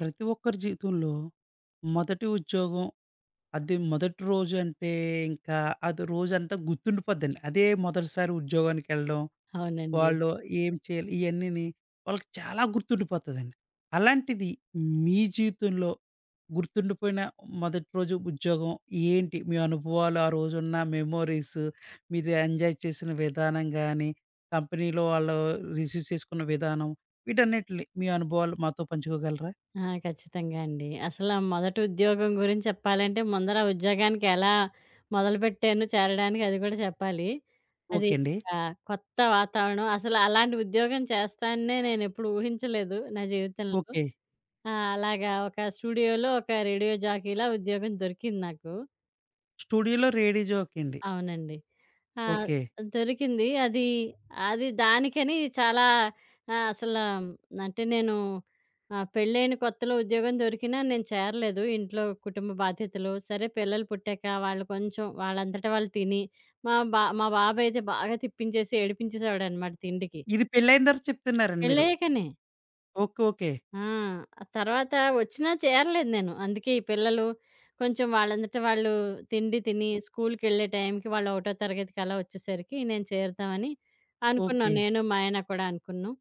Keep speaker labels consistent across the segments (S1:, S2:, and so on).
S1: ప్రతి ఒక్కరి జీవితంలో మొదటి ఉద్యోగం అది మొదటి రోజు అంటే ఇంకా అది రోజంతా గుర్తుండిపోద్దండి. అదే మొదటిసారి ఉద్యోగానికి వెళ్ళడం,
S2: అవునండి.
S1: వాళ్ళు ఏం చేయాలి ఇయన్నీని వాళ్ళకి చాలా గుర్తుండిపోతదండి. అలాంటిది మీ జీవితంలో గుర్తుండిపోయిన మొదటి రోజు ఉద్యోగం ఏంటి? మీ అనుభవాలు, ఆ రోజున్న మెమోరీస్, మీరు ఎంజాయ్ చేసిన విధానం గాని, కంపెనీలో వాళ్ళు రిసీవ్ చేసుకున్న విధానం వీటన్నిటిని మీ అనుభవాలు మాతో పంచుకోగలరా?
S2: ఖచ్చితంగా అండి. అసల మొదటి ఉద్యోగం గురించి చెప్పాలంటే, ముందర ఆ ఉద్యోగానికి ఎలా మొదలుపెట్టాను చేరడానికి అది కూడా చెప్పాలి. అది
S1: ఓకే అండి.
S2: కొత్త వాతావరణం. అసలు అలాంటి ఉద్యోగం చేస్తాననే నేనెప్పుడు ఊహించలేదు నా జీవితంలో.
S1: ఓకే.
S2: అలాగా ఒక స్టూడియోలో ఒక రేడియో జాకీలా ఉద్యోగం దొరికింది నాకు.
S1: స్టూడియోలో రేడియో జోకీ అండి.
S2: అవునండి. ఆ!
S1: ఓకే.
S2: దొరికింది. అది, అది దానికని చాలా ఆహ్, అసలు అంటే నేను ఆహ్, పెళ్ళైన కొత్తలో ఉద్యోగం దొరికినా నేను చేరలేదు. ఇంట్లో కుటుంబ బాధ్యతలు. సరే పిల్లలు పుట్టాక వాళ్ళు కొంచెం వాళ్ళంతట వాళ్ళు తిని, మా బాబు అయితే బాగా తిప్పించేసి, ఏడిపించేసేవాడనమాట తిండికి.
S1: ఇది పెళ్లయిన తర్వాత చెప్తున్నారండి మీరు.
S2: పెళ్ళయ్యాకనే.
S1: ఓకే. ఓకే.
S2: ఆ! తర్వాత వచ్చినా చేరలేదు నేను. అందుకే ఈ పిల్లలు కొంచెం వాళ్ళంతట వాళ్ళు తిండి తిని స్కూల్‌కెళ్ళే టైంకి వాళ్ళు ఒకటో తరగతికి అలా వచ్చేసరికి నేను చేరుతామని అనుకున్నాం.
S1: ఓకే.
S2: నేను, మా ఆయన కూడా అనుకున్నాం.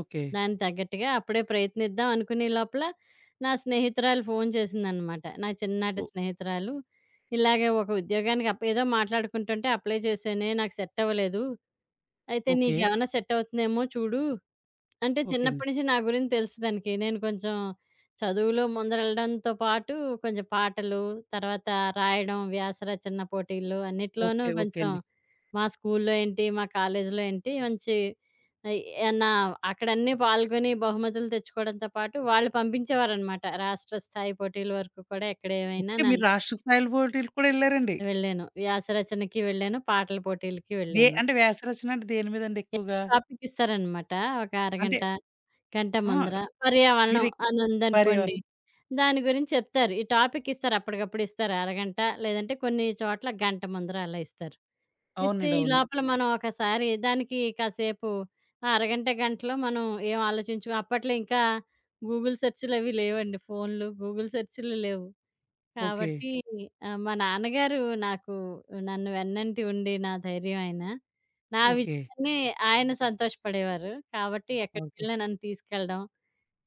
S1: ఓకే.
S2: దానికి తగ్గట్టుగా అప్పుడే ప్రయత్నిద్దాం అనుకునే లోపల నా స్నేహితురాలు ఫోను చేసిందనమాట. నా చిన్ననాటి
S1: ఓ,
S2: స్నేహితురాలు. ఇలాగే ఒక ఉద్యోగానికి ఏదో మాట్లాడుకుంటుంటే అప్లై చేశానే నాకు సెట్ అవ్వలేదు. అయితే
S1: ఓకే.
S2: నీకేమన్నా సెట్ అవుతుందేమో చూడు అంటే
S1: ఓకే అండి.
S2: చిన్నప్పటి నుంచి నా గురించి తెలుసు తనకి. నేను కొంచెం చదువులో ముందరెళ్ళడంతో పాటు కొంచెం పాటలు, తర్వాత రాయడం, వ్యాస రచన పోటీలు అన్నిట్లోనూ
S1: ఓకే. ఓకే
S2: కొంచెం
S1: అండి.
S2: మా స్కూల్లో ఏంటి, మా కాలేజీలో ఏంటి మంచి ఆహ్, నా అక్కడన్నీ పాల్గొని బహుమతులు తెచ్చుకోవడంతో పాటు వాళ్ళు పంపించేవారనమాట. రాష్ట్ర స్థాయి పోటీల వరకు కూడా ఎక్కడ ఏమైనా
S1: ఓకే. మీరు
S2: నన్ను
S1: రాష్ట్ర స్థాయిల పోటీలకు కూడా ఎళ్లారండి.
S2: వెళ్ళాను. వ్యాస రచనకి వెళ్ళాను, పాటల పోటీలకి
S1: దే
S2: వెళ్ళాను.
S1: అంటే వ్యాస రచన అంటే దేని మీదండి
S2: ఏదో
S1: ఎక్కువగా?
S2: టాపిక్ ఇస్తారనమాట. ఒక
S1: అంటే
S2: అరగంట
S1: ఆ!
S2: కంఠముందర, పర్యావరణం
S1: మీరు
S2: అని ఉందనుకోండి.
S1: పర్యావరణం.
S2: దాని గురించి చెప్తారు. ఈ టాపిక్ ఇస్తారు అప్పటికప్పుడు ఇస్తారు. అరగంట లేదంటే కొన్ని చోట్ల గంట ముందర అలా ఇస్తారు. ఇస్తే
S1: అవునండి.
S2: ఈ
S1: అవును.
S2: లోపల మనం ఒకసారి దానికి కాసేపు ఆ అరగంట, గంటలో మనం ఏం ఆలోచించు అప్పట్లో ఇంకా గూగుల్ సెర్చులవి లేవండి. ఫోన్లు, గూగుల్ సెర్చులు లేవు.
S1: ఓకే.
S2: కాబట్టి మా నాన్నగారు నాకు నన్ను వెన్నంటి ఉండి నా ధైర్యం ఆయన. నా
S1: ఓకే.
S2: విజయాన్ని ఆయన సంతోషపడేవారు. కాబట్టి
S1: ఓకే.
S2: ఎక్కడికెళ్ళినా నన్ను తీసుకెళ్ళడం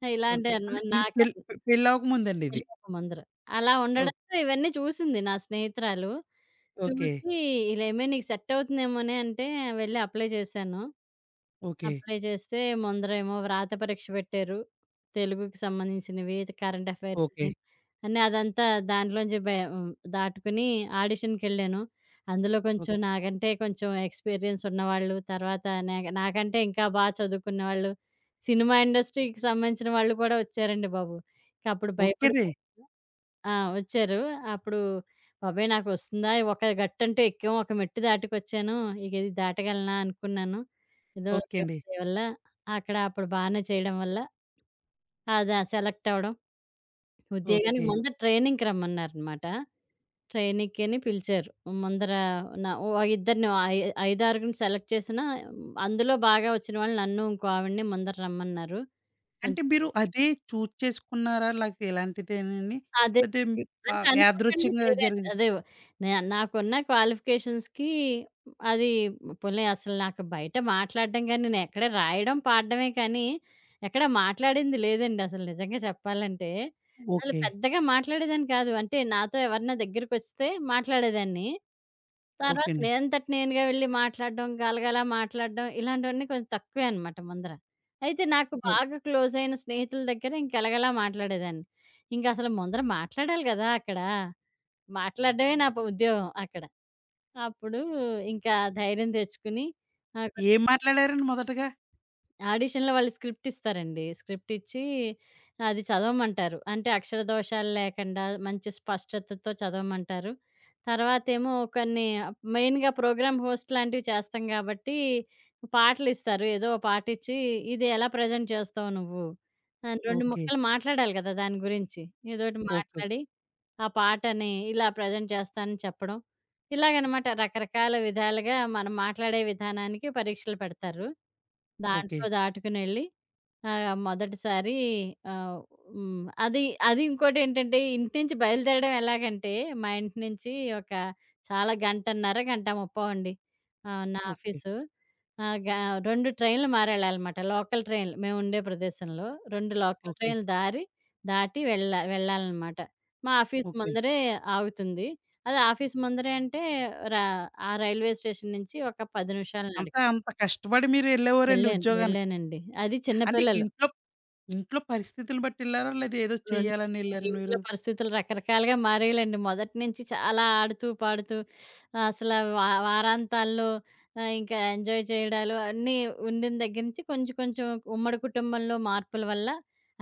S1: ఓకే.
S2: ఇలాంటివి
S1: అంటే
S2: అన్నమాట
S1: ఇది
S2: నాకు
S1: పెళ్లవ్వక ముందండి ఇది.
S2: పెళ్ళికి ముందర. అలా
S1: ఓ,
S2: ఉండడంతో ఇవన్నీ చూసింది నా స్నేహితురాలు.
S1: ఓకే.
S2: చూసి ఇలేమే నీకు సెట్ అవుతుందేమోనే అంటే వెళ్ళి అప్లై చేశాను.
S1: ఓకే.
S2: అప్లై చేస్తే ముందరేమో వ్రాత పరీక్ష పెట్టారు. తెలుగుకి సంబంధించినవి, కరెంట్ అఫైర్స్
S1: ఓకే.
S2: అని. అన్నీ అదంతా దాంట్లోంచి బయ హ్మ్. దాటుకుని ఆడిషన్‌కెళ్ళాను. అందులో
S1: ఓ,
S2: కొంచెం నాకంటే కొంచెం ఎక్స్‌పీరియన్స్ ఉన్నవాళ్ళు, తర్వాత నాకంటే ఇంకా బా చదువుకున్నవాళ్ళు, సినిమా ఇండస్ట్రీకి సంబంధించిన వాళ్ళు కూడా వచ్చారండి బాబు. ఇంకప్పుడు
S1: ఓకే
S2: భయపడిపో
S1: అండి.
S2: ఆ! వచ్చారు. అప్పుడు బాబోయ్! నాకొస్తుందా? ఒక గట్టంటూ ఎక్కాం. ఒక మెట్టు దాటుకొచ్చాను. ఇక ఇది దాటగలనా అనుకున్నాను. ఏదో
S1: ఓకే
S2: దేవుడి
S1: అండి.
S2: దయ వల్ల అక్కడ అప్పుడు బానే చేయడం వల్ల అది సెలెక్ట్ అవ్వడం. ఉద్యోగానికి
S1: ఓకే.
S2: ముందు ట్రైనింగ్‌కి రమ్మన్నారనమాట. ట్రైనింగ్‌కని పిలిచారు. ముందర నా ఓ ఇద్దరిని ఐ ఐదారుగురిని సెలెక్ట్ చేసిన అందులో బాగా వచ్చిన వాళ్ళు నన్ను ఇంకో ఆవిడని ముందర రమ్మన్నారు. కొంచెం
S1: అంటే మీరు అదే చూజ్ చేసుకున్నారా? లేకపోతే ఇలాంటిదేనండి?
S2: అదే
S1: లేతే ఇ ఆ!
S2: అంటే అనుకోకుండా
S1: యాదృచ్ఛంగా
S2: చేరాను.
S1: జరిగింది.
S2: అదే నాకున్న క్వాలిఫికేషన్స్‌కి అది పోన్లే అసలు నాకు బయట మాట్లాడడం గాని, నేను ఎక్కడ రాయడం, పాడడమే కానీ, ఎక్కడ మాట్లాడింది లేదండి అసలు నిజంగా చెప్పాలంటే. అసలు
S1: ఓకే.
S2: పెద్దగా మాట్లాడేదాన్ని కాదు. అంటే నాతో ఎవరైనా దగ్గరికొస్తే మాట్లాడేదాన్ని.
S1: ఓకే
S2: తర్వాత
S1: అండి.
S2: నేనంతట నేనుగా వెళ్లి మాట్లాడడం, గలగలా మాట్లాడడం ఇలాంటివన్నీ కొంచెం తక్కువే అనమాట ముందర. అయితే నాకు
S1: ఓహ్!
S2: బాగా క్లోజ్ అయిన స్నేహితుల దగ్గర ఇంక గలగలా మాట్లాడేదాన్ని. ఇంకసలు ముందర మాట్లాడాలి గదా! అక్కడ. మాట్లాడడమే నా ఉద్యోగం అక్కడ. అప్పుడు ఇంకా ధైర్యం తెచ్చుకుని ఆహ్,
S1: ఏం మాట్లాడారండి మొదటగా?
S2: ఆడిషన్‌లో వాళ్ళు స్క్రిప్ట్ ఇస్తారండి. స్క్రిప్ట్ ఇచ్చి అది చదవమంటారు. అంటే అక్షర దోషాలు లేకుండా మంచి స్పష్టతతో చదవమంటారు. తర్వాతేమో కొన్ని మెయిన్‌గా ప్రోగ్రామ్ హోస్ట్ లాంటివి చేస్తాం గాబట్టి పాటలిస్తారు. ఏదో ఓ పాటిచ్చి ఇది ఎలా ప్రెజెంట్ చేస్తావు నువ్వు? అని 2
S1: ఓకే.
S2: ముక్కలు మాట్లాడాలి గదా! దాని గురించి. ఏదోటి
S1: ఓకే.
S2: మాట్లాడి ఆ పాటని ఇలా ప్రెజెంట్ చేస్తానని చెప్పడం. ఇలాగనమాట రకరకాల విధాలుగా మనం మాట్లాడే విధానానికి పరీక్షలు పెడతారు.
S1: ఓకే.
S2: దాంట్లో దాటుకునెళ్ళి ఆ! మొదటిసారి ఆహ్, హ్మ్. అది అది ఇంకోటేంటంటే ఇంటి నుంచి బయలుదేరడం ఎలాగంటే, మా ఇంటి నుంచి ఒక చాలా గంటన్నర, గంట ముప్పో అండి నా
S1: ఓకే.
S2: ఆఫీసు. ఆహ్, గ 2 ట్రైన్లు మారెళ్ళాలమాట. లోకల్ ట్రైన్లు మేముండే ప్రదేశంలో 2 లోకల్
S1: ఓకే.
S2: ట్రైన్లు దారి దాటి వెళ్ళాలనమాట. మా ఆఫీస్
S1: ఓకే.
S2: ముందరే ఆగుతుంది. అది ఆఫీస్ ముందరే అంటే రా ఆ రైల్వే స్టేషన్ నుంచి ఒక 10 నిమిషాల నడక
S1: అంతా అంత కష్టపడి మీరు ఎళ్ళేవారండి
S2: వెళ్ళాను.
S1: ఉద్యోగానికి.
S2: వెళ్ళానండి. అది
S1: అంటే
S2: చిన్నపిల్లలు.
S1: ఇంట్లో పరిస్థితులు బట్టి ఎళ్లారా? లేదా ఏదో
S2: రెండు
S1: చేయాలని ఎళ్లారండి
S2: ఇంట్లో
S1: మీరు?
S2: పరిస్థితులు రకరకాలుగా మారేయాలండి. మొదటి నుంచి చాలా ఆడుతూ, పాడుతూ అసల వా వారాంతాల్లో ఇంకా ఎంజాయ్ చేయడాలు అన్నీ ఉండిన దగ్గర నుంచి కొంచెం, కొంచెం ఉమ్మడి కుటుంబంలో మార్పుల వల్ల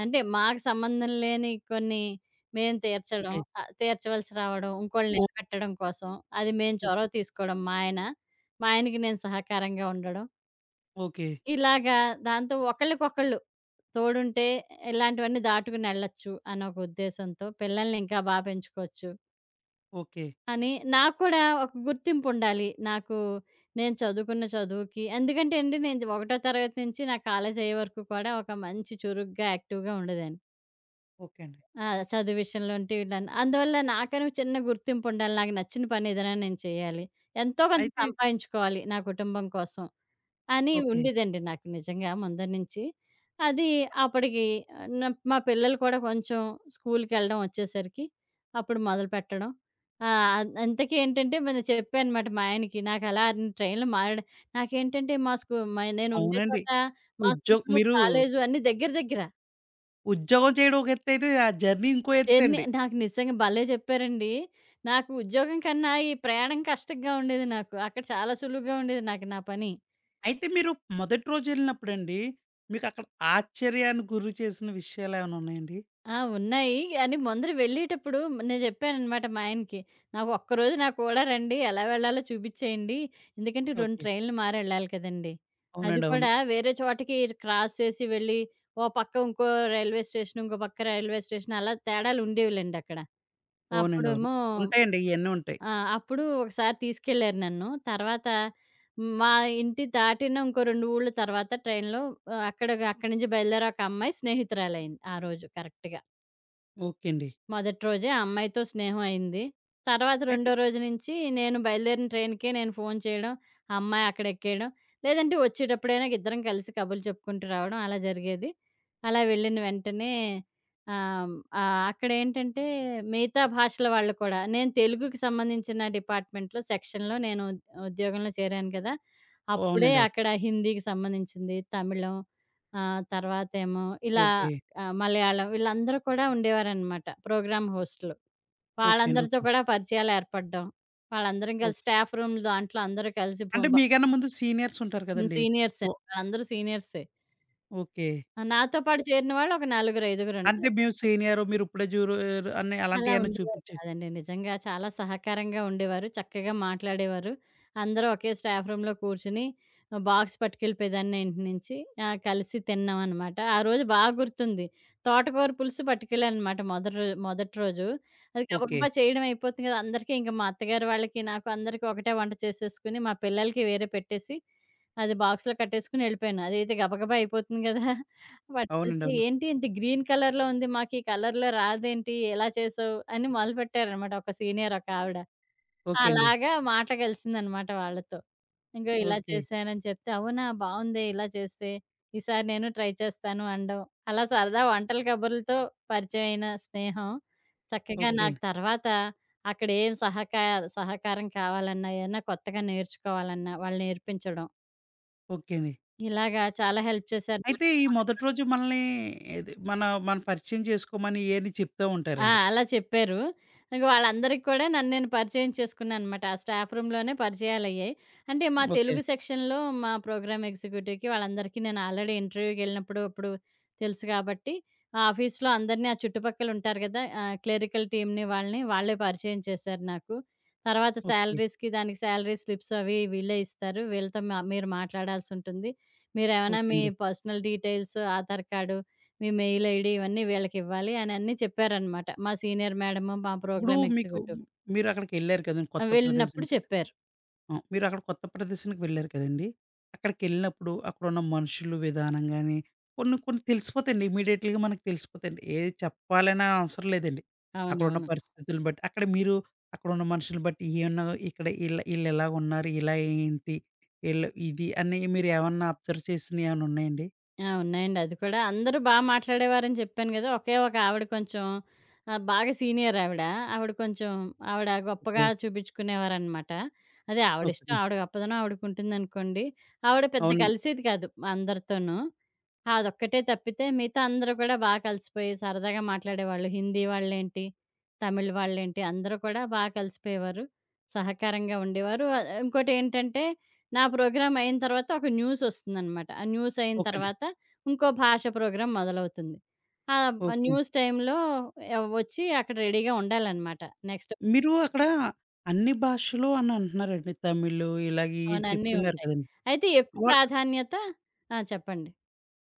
S2: అంటే మాకు సంబంధం లేని కొన్ని మేము తీర్చడం,
S1: ఓకే.
S2: తీర్చవలసి రావడం, ఇంకోళ్ళని
S1: ఓ,
S2: నిలబెట్టడం కోసం అది మేము
S1: ఓకే.
S2: చొరవ తీసుకోవడం మా ఆయన. మా ఆయనకి నేను సహకారంగా ఉండడం. ఇలాగా దాంతో ఒకళ్ళకొకళ్ళు తోడుంటే ఇలాంటివన్నీ దాటుకునెళ్ళొచ్చు అనే ఒక ఉద్దేశంతో పిల్లల్ని ఇంకా బా పెంచుకోవచ్చు
S1: ఓకే.
S2: అని నాకు కూడా ఒక గుర్తింపుండాలి. నాకు నేను చదువుకున్న చదువుకి ఎందుకంటే అండి నేను ఒకటో తరగతి నుంచి నా కాలేజ్ అయ్యే వరకు కూడా ఒక మంచి చురుగ్గా, యాక్టివ్‌గా ఉండేదాన్ని.
S1: ఓకే అండి.
S2: చదువు విషయంలో అంటే వీళ్ళని అందువల్ల నాకని ఒక చిన్న గుర్తింపుండాలి. నాకు నచ్చిన పని ఏదైనా నేను చేయాలి. ఎంతో కొంత
S1: అయితే
S2: సంపాదించుకోవాలి నా కుటుంబం కోసం. అని
S1: ఓకే.
S2: ఉండేదండి నాకు నిజంగా ముందర నుంచి. అది అప్పటికి ఆహ్, న మా పిల్లలు కూడా కొంచెం స్కూల్‌కెళ్ళడం వచ్చేసరికి అప్పుడు మొదలుపెట్టడం. ఇంతకీ ఏంటంటే నేను చెప్పానమాట మా ఆయనకి నాకలా ట్రైన్‌లో మారడం నాకేంటంటే మా స్కూ మ నేను ఉండే
S1: అవునండి.
S2: చోట మా స్కూలు,
S1: మీరు
S2: కాలేజు అన్నీ దగ్గర దగ్గర.
S1: ఉద్యోగం చేయడం ఒక ఎత్తయితే, ఆ జర్నీ ఇంకో
S2: జర్నీ
S1: ఎత్తండి.
S2: నాకు నిజంగా భలే చెప్పారండి. నాకు ఉద్యోగం కన్నా ఈ ప్రయాణం కష్టంగా ఉండేది నాకు. అక్కడ చాలా సులువుగా ఉండేది నాకు నా పని.
S1: అయితే మీరు మొదటి రోజెళ్ళినప్పుడండి, మీకక్కడ ఆశ్చర్యానికి గురి చేసిన విషయాలేమైనా ఉన్నాయండి?
S2: ఉన్నాయి. కానీ ముందర వెళ్ళేటప్పుడు నేను చెప్పాననమాట మా ఆయనకి. "నాకు ఒక్కరోజు నాకు కూడా రండి. ఎలా వెళ్ళాలో చూపిచ్చేయండి. ఎందుకంటే 2
S1: ఓకే.
S2: ట్రైన్లు మారెళ్ళాలి కదండీ! అది
S1: అవునండి. అవును.
S2: కూడా వేరే చోటకి క్రాస్ చేసి వెళ్ళి, ఓ పక్క ఇంకో రైల్వే స్టేషన్, ఇంకో పక్క రైల్వే స్టేషన్ అలా తేడాలు ఉండేవిలెండి అక్కడ.
S1: అవునండి. అవును.
S2: అప్పుడేమో
S1: ఉంటాయండి. ఇయన్నీ ఉంటాయి.
S2: ఆ! అప్పుడు ఒకసారి తీసుకెళ్లారు నన్ను. తర్వాత మా ఇంటి దాటిన ఇంకో 2 ఊర్ల తర్వాత ట్రైన్‌లో ఆహ్, అక్కడగా అక్కడి నుంచి బయలుదేరి ఒక అమ్మాయి స్నేహితురాలయింది ఆ రోజు కరెక్ట్‌గా.
S1: ఓకే అండి.
S2: మొదటి రోజే ఆ అమ్మాయితో స్నేహం అయింది. తర్వాత
S1: అయితే
S2: రెండో రోజు నుంచి నేను బయలుదేరిన ట్రైన్‌కే నేను ఫోను చేయడం, ఆ అమ్మాయి అక్కడ ఎక్కేయడం, లేదంటే వచ్చేటప్పుడైనా ఇద్దరం కలిసి కబుర్లు చెప్పుకుంటూ రావడం అలా జరిగేది. అలా వెళ్ళిన వెంటనే ఆహ్, ఆహ్, అక్కడేంటంటే మిగతా భాషల వాళ్ళు కూడా నేను తెలుగుకి సంబంధించిన డిపార్ట్‌మెంట్‌లో సెక్షన్‌లో నేను ఉద్యోగంలో చేరాను కదా! అప్పుడే
S1: అవునండి. అవును.
S2: అక్కడ హిందీకి సంబంధించింది, తమిళం ఆహ్, తర్వాతేమో ఇలా
S1: ఓకే.
S2: ఆ! మలయాళం వీళ్ళందరూ కూడా ఉండేవారనమాట ప్రోగ్రామ్ హోస్ట్‌లు.
S1: ఓకే అండి.
S2: వాళ్ళందరితో
S1: ఓకే.
S2: కూడా పరిచయాలేర్పడడం. వాళ్ళందరం కలిసి
S1: ఓకే.
S2: స్టాఫ్ రూమ్ దాంట్లో అందరూ కలిసి
S1: అంటే
S2: బొంబ
S1: మీకన్నా ముందు సీనియర్స్ ఉంటారు
S2: హ్మ్.
S1: కదండీ!
S2: సీనియర్సే.
S1: ఓ,
S2: వాళ్ళందరూ సీనియర్సే.
S1: ఓకే.
S2: నాతో పాటు చేరిన వాళ్ళు ఒక నలుగురు ఐదుగురున్నారు.
S1: అంటే మేము సీనియరు, మీరిప్పుడే జూనియర్ అని
S2: అలా
S1: అలాంటియేమన్నా
S2: ఉండేవారు
S1: చూపించే
S2: కాదండి. నిజంగా చాలా సహకారంగా ఉండేవారు. చక్కగా మాట్లాడేవారు. అందరూ ఒకే స్టాఫ్ రూమ్‌లో కూర్చొని బాక్స్ పట్టుకెళ్ళిపోయేదాన్ని ఇంటి నుంచి. కలిసి తిన్నామనమాట. ఆ రోజు బాగా గుర్తుంది. తోటకూర పులుసు పట్టుకెళ్ళాననమాట మొదటి రోజు. అది
S1: ఓకే.
S2: గబగబా చేయడం అయిపోతుంది కదా! అందరికీ ఇంక మా అత్తగారు వాళ్ళకి, నాకు అందరికీ ఒకటే వంట చేసేసుకొని, మా పిల్లలకి వేరే పెట్టేసి, అది బాక్స్‌లో కట్టేసుకొని ఎళ్ళిపోయాను. అదైతే గబగబా అయిపోతుంది కదా!
S1: అవునండి.
S2: పట్టుకెళ్తే,
S1: అవును.
S2: "ఏంటి ఇంత గ్రీన్ కలర్‌లో ఉంది. మాకీ కలర్‌లో రాదేంటి? ఎలా చేసావు?" అని మొదలుపెట్టారనమాట ఒక సీనియర్ ఒకావిడ. అవును.
S1: ఓకే అండి.
S2: అలాగా మాట కలిసిందనమాట వాళ్ళతో. "ఇంగో ఇలా
S1: ఓకే.
S2: చేశానని" చెప్తే, "అవునా? బావుందే ఇలా చేస్తే. ఈసారి నేను ట్రై చేస్తాను" అనడం. అలా సరదా వంటల కబుర్లతో పరిచయం అయిన స్నేహం, చక్కగా హ్మ్.
S1: ఓకే
S2: నాకు
S1: అండి.
S2: తర్వాత అక్కడ ఏం సహకారం కావాలన్నా, ఏదన్నా కొత్తగా నేర్చుకోవాలన్నా, వాళ్ళు నేర్పించడం.
S1: ఓకే అండి.
S2: ఇలాగా చాలా హెల్ప్
S1: అయితే ఈ
S2: చేశారనమాట.
S1: మొదటి రోజు మనల్ని ఏది మన మన పరిచయం చేసుకోమని ఏని చెప్తా ఉంటారండి.
S2: అలా చెప్పారు. ఇంక వాళ్ళందరికి కూడా నన్ను నేను పరిచయం చేసుకున్నాననమాట. ఆ స్టాఫ్ రూమ్‌లోనే పరిచయాలయ్యాయి. అంటే మా
S1: ఓకే.
S2: తెలుగు సెక్షన్‌లో మా ప్రోగ్రామ్ ఎగ్జిక్యూటివ్‌కి వాళ్ళందరికీ నేను ఆల్రెడీ ఇంటర్వ్యూకెళ్ళినప్పుడు అప్పుడు తెలుసు కాబట్టి, ఆ ఆఫీస్‌లో అందరిని ఆ చుట్టుపక్కల ఉంటారు కదా! క్లెరికల్ టీమ్‌ని వాళ్ళని వాళ్ళే పరిచయం చేశారు నాకు. తర్వాత
S1: ఓకే.
S2: సాలరీస్‌కి దానికి సాలరీ స్లిప్స్ అవి వీళ్ళే ఇస్తారు. వీళ్ళతో మీరు మాట్లాడాల్సుంటుంది. మీరేమైనా
S1: ఓకే
S2: మీ
S1: అండి.
S2: పర్సనల్ డీటెయిల్స్, ఆధార్ కార్డు మీ మెయిల్ ఐడీ ఇవన్నీ వీళ్ళకివ్వాలి అని అన్నీ చెప్పారనమాట. మా సీనియర్ మేడము, మా
S1: ఇప్పుడు
S2: ప్రోగ్రామ్
S1: మీకు
S2: ఎగ్జిక్యూటివ్.
S1: మీరక్కడికెళ్లారు కదండీ కొత్త
S2: వెళ్ళినప్పుడు
S1: ప్రదేశానికి.
S2: చెప్పారు.
S1: ఆ! మీరక్కడ కొత్త ప్రదేశానికి వెళ్లారు కదండీ! అక్కడికెళ్ళినప్పుడు అక్కడున్న మనుషులు విధానం గాని, కొన్ని కొన్ని తెలిసిపోతాయండి. ఇమ్మీడియేట్‌లీగా మనకు తెలిసిపోతాయండి. ఏది చెప్పాలనే అవసరం లేదండి. అక్కడున్న
S2: అవునవును.
S1: పరిస్థితులను బట్టి, అక్కడ మీరు అక్కడున్న మనుషులను బట్టి ఏమన్నా ఇక్కడ ఈళ్ళెలాగున్నారు, ఇలా ఏంటి, ఈళ్ళు ఇది అని మీరేమన్నా అబ్జర్వ్ చేసినయి ఏమన్నా ఉన్నాయండి?
S2: ఉన్నాయండి. అది కూడా అందరూ బా మాట్లాడేవారని చెప్పాను గదా! ఒకే ఒక ఆవిడ కొంచెం బాగా సీనియర్ ఆవిడ. ఆవిడ కొంచెం ఆవిడ గొప్పగా
S1: ఓకే.
S2: చూపించుకునేవారనమాట. అదే ఆవిడిష్టం.
S1: ఓకే.
S2: ఆవిడ గొప్పదనం ఆవిడకుంటుందనుకోండి. ఆవిడ పెద్ద
S1: అవునండి.
S2: కలిసేది కాదు అందరితోనూ. అదొక్కటే తప్పితే మిగతా అందరూ కూడా బా కలిసిపోయి సరదాగా మాట్లాడేవాళ్ళు. హిందీ వాళ్ళేంటి, తమిళ్ వాళ్ళేంటి అందరూ కూడా బా కలిసిపోయేవారు. సహకారంగా ఉండేవారు. ఇంకోటేంటంటే నా ప్రోగ్రామ్ అయిన తర్వాత ఒక న్యూస్ వస్తుందనమాట. ఆ న్యూస్ అయిన
S1: ఓకే అండి.
S2: తర్వాత ఇంకో భాష ప్రోగ్రామ్ మొదలవుతుంది. ఆ
S1: ఓకే అండి.
S2: న్యూస్ టైమ్‌లో వచ్చి అక్కడ రెడీగా ఉండాలనమాట. నెక్స్ట్
S1: మీరు అక్కడ అన్ని భాషలు అని అంటున్నారండి. తమిళ్ ఇలాగ ఇయి
S2: అవునన్నీ
S1: చెప్తున్నారు
S2: ఉంటాయి.
S1: కదండీ!
S2: అయితే ఎక్కువ
S1: వా
S2: ప్రాధాన్యత చెప్పండి.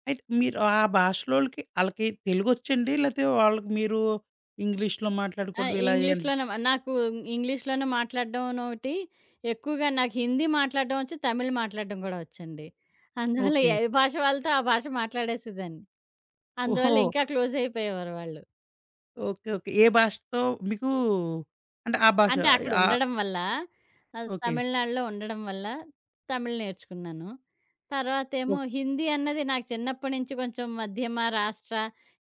S1: అయితే మీరు ఆ భాషలోళ్ళకి ఆళ్ళకి తెలుగొచ్చండి? లేతే వాళ్ళకి మీరు ఇంగ్లీష్‌లో మాట్లాడుకోవడం ఇలా ఏన్
S2: ఇంగ్లీష్‌లోనే నాకు ఇంగ్లీష్‌లోనే మాట్లాడడం ఒకటి ఎక్కువగా నాకు హిందీ మాట్లాడడం వచ్చు, తమిళ్ మాట్లాడడం కూడా వచ్చండి. అందువల్ల
S1: ఓకే.
S2: ఏ భాష వాళ్ళతో ఆ భాష మాట్లాడేసేదాన్ని. అందువల్ల
S1: ఓహో!
S2: ఇంకా క్లోజ్ అయిపోయేవారు వాళ్ళు.
S1: ఓకే. ఓకే. ఏ భాషతో మీకు అంటే ఆ భాష
S2: అంటే
S1: ఆహ్,
S2: అక్కడుండడం వల్ల
S1: ఓకే.
S2: తమిళనాడులో ఉండడం వల్ల తమిళ్ నేర్చుకున్నాను. తర్వాతేమో
S1: ఓక్
S2: హిందీ అన్నది నాకు చిన్నప్పటి నుంచి కొంచెం మధ్యమ, రాష్ట్ర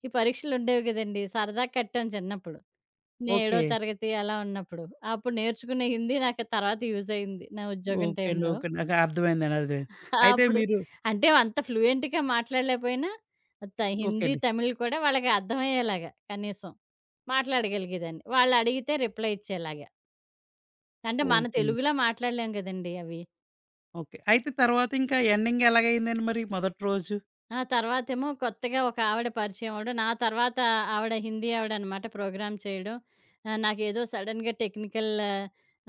S2: ఈ పరీక్షలుండేవి గదండీ! సరదాకి కట్టాం చిన్నప్పుడు. నేను ఏడో
S1: ఓకే.
S2: తరగతి అలా ఉన్నప్పుడు. అప్పుడు నేర్చుకున్న హిందీ నాకు తర్వాత యూజ్ అయింది నా ఉద్యోగం
S1: ఓకే అండి.
S2: టైంలో.
S1: ఓకే అండి. నాకు అర్థమైందండి. అర్థమైంది. అయితే
S2: అప్పుడు
S1: మీరు
S2: అంటే అంత ఫ్లూయెంట్‌గా మాట్లాడలేకపోయినా
S1: ఓకే
S2: హిందీ,
S1: అండి.
S2: తమిళ్ కూడా వాళ్ళకి అర్థమయ్యేలాగా కనీసం మాట్లాడగలిగేదాన్ని. వాళ్ళడిగితే రిప్లై ఇచ్చేలాగా. అంటే మన
S1: ఓకే అండి.
S2: తెలుగులో మాట్లాడలేం గదండీ అవి.
S1: ఓకే. అయితే తర్వాత ఇంకా ఎండింగ్ ఎలాగయిందండి మరి మొదటి రోజు?
S2: ఆ తర్వాతేమో కొత్తగా ఒక ఆవిడ పరిచయం అవ్వడం, నా తర్వాత ఆవిడ హిందీ ఆవిడనమాట ప్రోగ్రామ్ చేయడం. నాకేదో సడెన్‌గా టెక్నికల్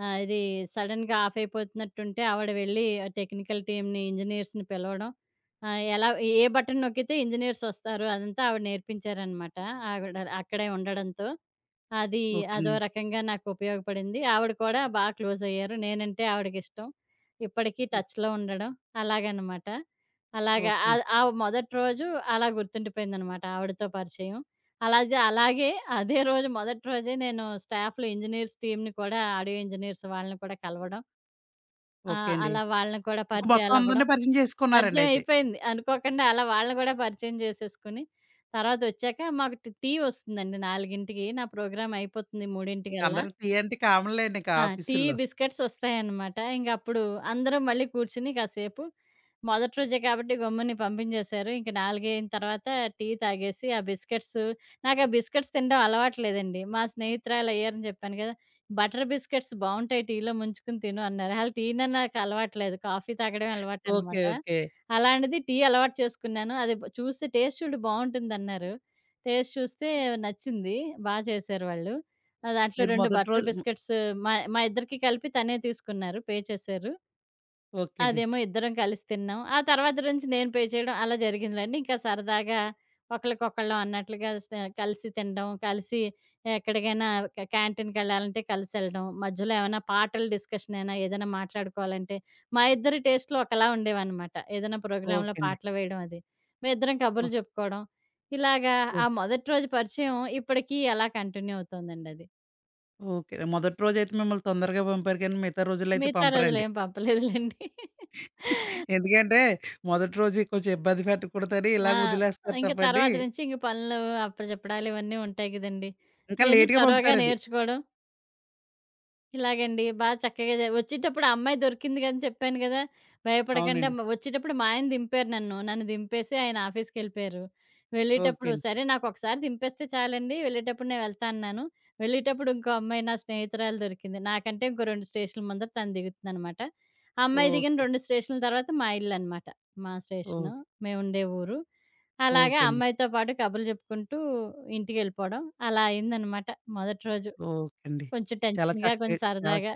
S2: ఆహ్, ఇది సడెన్‌గా ఆఫ్ అయిపోతున్నట్టుంటే ఆవిడ వెళ్ళి టెక్నికల్ టీమ్‌ని, ఇంజినీర్స్‌ని పిలవడం. ఆహ్, ఎలా ఏ బటన్ నొక్కితే ఇంజినీర్స్ వస్తారు అదంతా ఆవిడ నేర్పించారనమాట. ఆవిడ అక్కడే ఉండడంతో. అది
S1: ఓకే
S2: అదో
S1: అండి.
S2: రకంగా నాకు ఉపయోగపడింది. ఆవిడ కూడా బా క్లోజయ్యారు. నేనంటే ఆవిడకిష్టం. ఇప్పటికీ
S1: ఓహ్!
S2: టచ్‌లో ఉండడం అలాగనమాట. అలాగా
S1: ఓకే అండి.
S2: ఆ మొదటి రోజు అలా గుర్తుండిపోయిందనమాట ఆవిడతో పరిచయం. అలాగే అలాగే అదే రోజు మొదటి రోజే నేను స్టాఫ్‌లో ఇంజినీర్స్ టీమ్‌ని కూడా ఆడియో ఇంజినీర్స్ వాళ్ళని కూడా కలవడం. ఆ!
S1: ఓకే అండి.
S2: అలా వాళ్ళని కూడా
S1: ఇంక మొత్తం
S2: పరిచయాలవ్వడం.
S1: అందరిని పరిచయం చేసుకున్నారండి
S2: పరిచయం
S1: అయితే.
S2: అయిపోయింది. అనుకోకుండా అలా వాళ్ళని గూడా పరిచయం జేసేసుకొని, తర్వాతొచ్చాక మాకు టీ వస్తుందండి 4కి. నా ప్రోగ్రామ్ అయిపోతుంది 3
S1: ఇంక
S2: కల్లా.
S1: అందరికి టీ అంటే కామన్‌లెండి ఇంక
S2: టీ,
S1: ఆఫీసుల్లో.
S2: బిస్కెట్స్ వస్తాయన్నమాట. ఇంకప్పుడు అందరూ మళ్ళీ కూర్చొని కాసేపు మొదటి రోజే కాబట్టి గమ్ముని పంపించేశారు. ఇంక 4 అయిన తర్వాత టీ తాగేసి, ఆ బిస్కెట్స్ నాకు ఆ బిస్కెట్స్ తినడం అలవాట్లేదండి. మా స్నేహితురాలు అయ్యారని చెప్పాను కదా! బటర్ బిస్కెట్స్ బావుంటాయి టీలో ముంచుకొని తిను అన్నారు. అసలు టీనే నాకు అలవాట్లేదు. కాఫీ తాగడమే
S1: ఓకే.
S2: అలవాటనమాట.
S1: ఓకే.
S2: అలాంటిది టీ అలవాటు చేసుకున్నాను. అది చూసి టేస్ట్ చూడు బావుంటుందన్నారు. టేస్ట్ చూస్తే నచ్చింది. బా చేశారు వాళ్ళు. దాంట్లో
S1: మీరు
S2: 2
S1: మొదటి
S2: బటర్
S1: రోజు హ్మ్.
S2: బిస్కెట్స్ మా మా ఇద్దరికీ కలిపి తనే తీసుకున్నారు. పే చేశారు.
S1: ఓకే అండి.
S2: అదేమో ఇద్దరం కలిసి తిన్నాం. ఆ తర్వాత నుంచి నేను పే చేయడం అలా జరిగిందిలెండి. ఇంకా సరదాగా ఒకళ్ళకొకళ్ళం అన్నట్లుగా కలిసి తినడం, కలిసి ఎక్కడికైనా క్యాంటీన్‌కెళ్ళాలంటే కలిసెళ్ళడం, మధ్యలో ఏమైనా పాటల డిస్కషన్ అయినా, ఏదైనా మాట్లాడుకోవాలంటే మా ఇద్దరి టేస్ట్‌లు ఒకలా ఉండేవన్నమాట. ఏదైనా
S1: ఓకే
S2: ప్రోగ్రామ్‌లో
S1: అండి.
S2: పాటలు వేయడం అది. మేమిద్దరం
S1: ఓ,
S2: కబుర్లు చెప్పుకోవడం. ఇలాగా
S1: ఓ,
S2: ఆ మొదటి రోజు పరిచయం ఇప్పటికీ అలా కంటిన్యూ అవుతోందండది.
S1: ఓకే. మొదటి రోజైతే మిమ్మల్ని తొందరగా పంపారు కానీ మిగతా రోజుల్లో
S2: మిగతా
S1: పంపరండి.
S2: రోజులేం పంపలేదులెండి.
S1: ఎందుకంటే మొదటి రోజు కొంచెం ఇబ్బంది పెట్టకూడదని
S2: ఆ!
S1: ఇలాగ వదిలేస్తారు
S2: ఇంక
S1: తప్పండి.
S2: తర్వాత నుంచి ఇంక పనులు అప్పచెప్పడాలు ఇవన్నీ ఉంటాయి గదండీ.
S1: ఇంకా
S2: నేను
S1: లేట్‌గా
S2: చొరవగా
S1: పంపుతారండి.
S2: నేర్చుకోవడం, ఇలాగండి. బా చక్కగా వచ్చేటప్పుడు ఆ అమ్మాయి దొరికింది అని చెప్పాను గదా! భయపడకండి
S1: అవునండి.
S2: అమ్మ వచ్చేటప్పుడు మా ఆయన దింపారు నన్ను. నన్ను దింపేసి ఆయన ఆఫీస్‌కెళ్ళిపోయారు.
S1: ఓకే
S2: వెళ్ళేటప్పుడు
S1: అండి.
S2: సరే నాకొకసారి దింపేస్తే చాలండి. వెళ్ళేటప్పుడు నేను వెళ్తా అన్నాను. వెళ్ళేటప్పుడు ఇంకో అమ్మాయి నా స్నేహితురాలు దొరికింది. నాకంటే ఇంకో 2 స్టేషన్‌ల ముందర తను దిగుతుందనమాట. ఆ అమ్మాయి దిగిన
S1: ఓకే.
S2: 2 స్టేషన్‌ల తర్వాత మా ఇల్లనమాట. మా
S1: ఓహ్!
S2: స్టేషను. మేముండే ఊరు. అలాగే ఆ
S1: ఓకే అండి.
S2: అమ్మాయితో పాటు కబుర్లు చెప్పుకుంటూ ఇంటికెళ్ళిపోవడం. అలా అయిందనమాట మొదటి రోజు.
S1: ఓకే అండి.
S2: కొంచెం
S1: చాలా
S2: టెన్షన్‌గా,
S1: చక్కగా
S2: కొంచెం
S1: చాలా చ
S2: సరదాగా.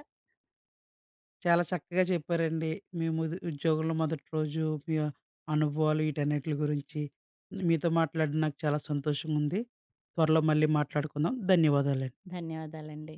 S1: చాలా చక్కగా చెప్పారండి. మీ ముదు ఉద్యోగంలో మొదటి రోజు మీ అనుభవాలు వీటన్నిటి గురించి మీతో మాట్లాడి నాకు చాలా సంతోషంగా ఉంది. త్వరలో మళ్ళీ మాట్లాడుకుందాం. ధన్యవాదాలండి.
S2: ధన్యవాదాలండి.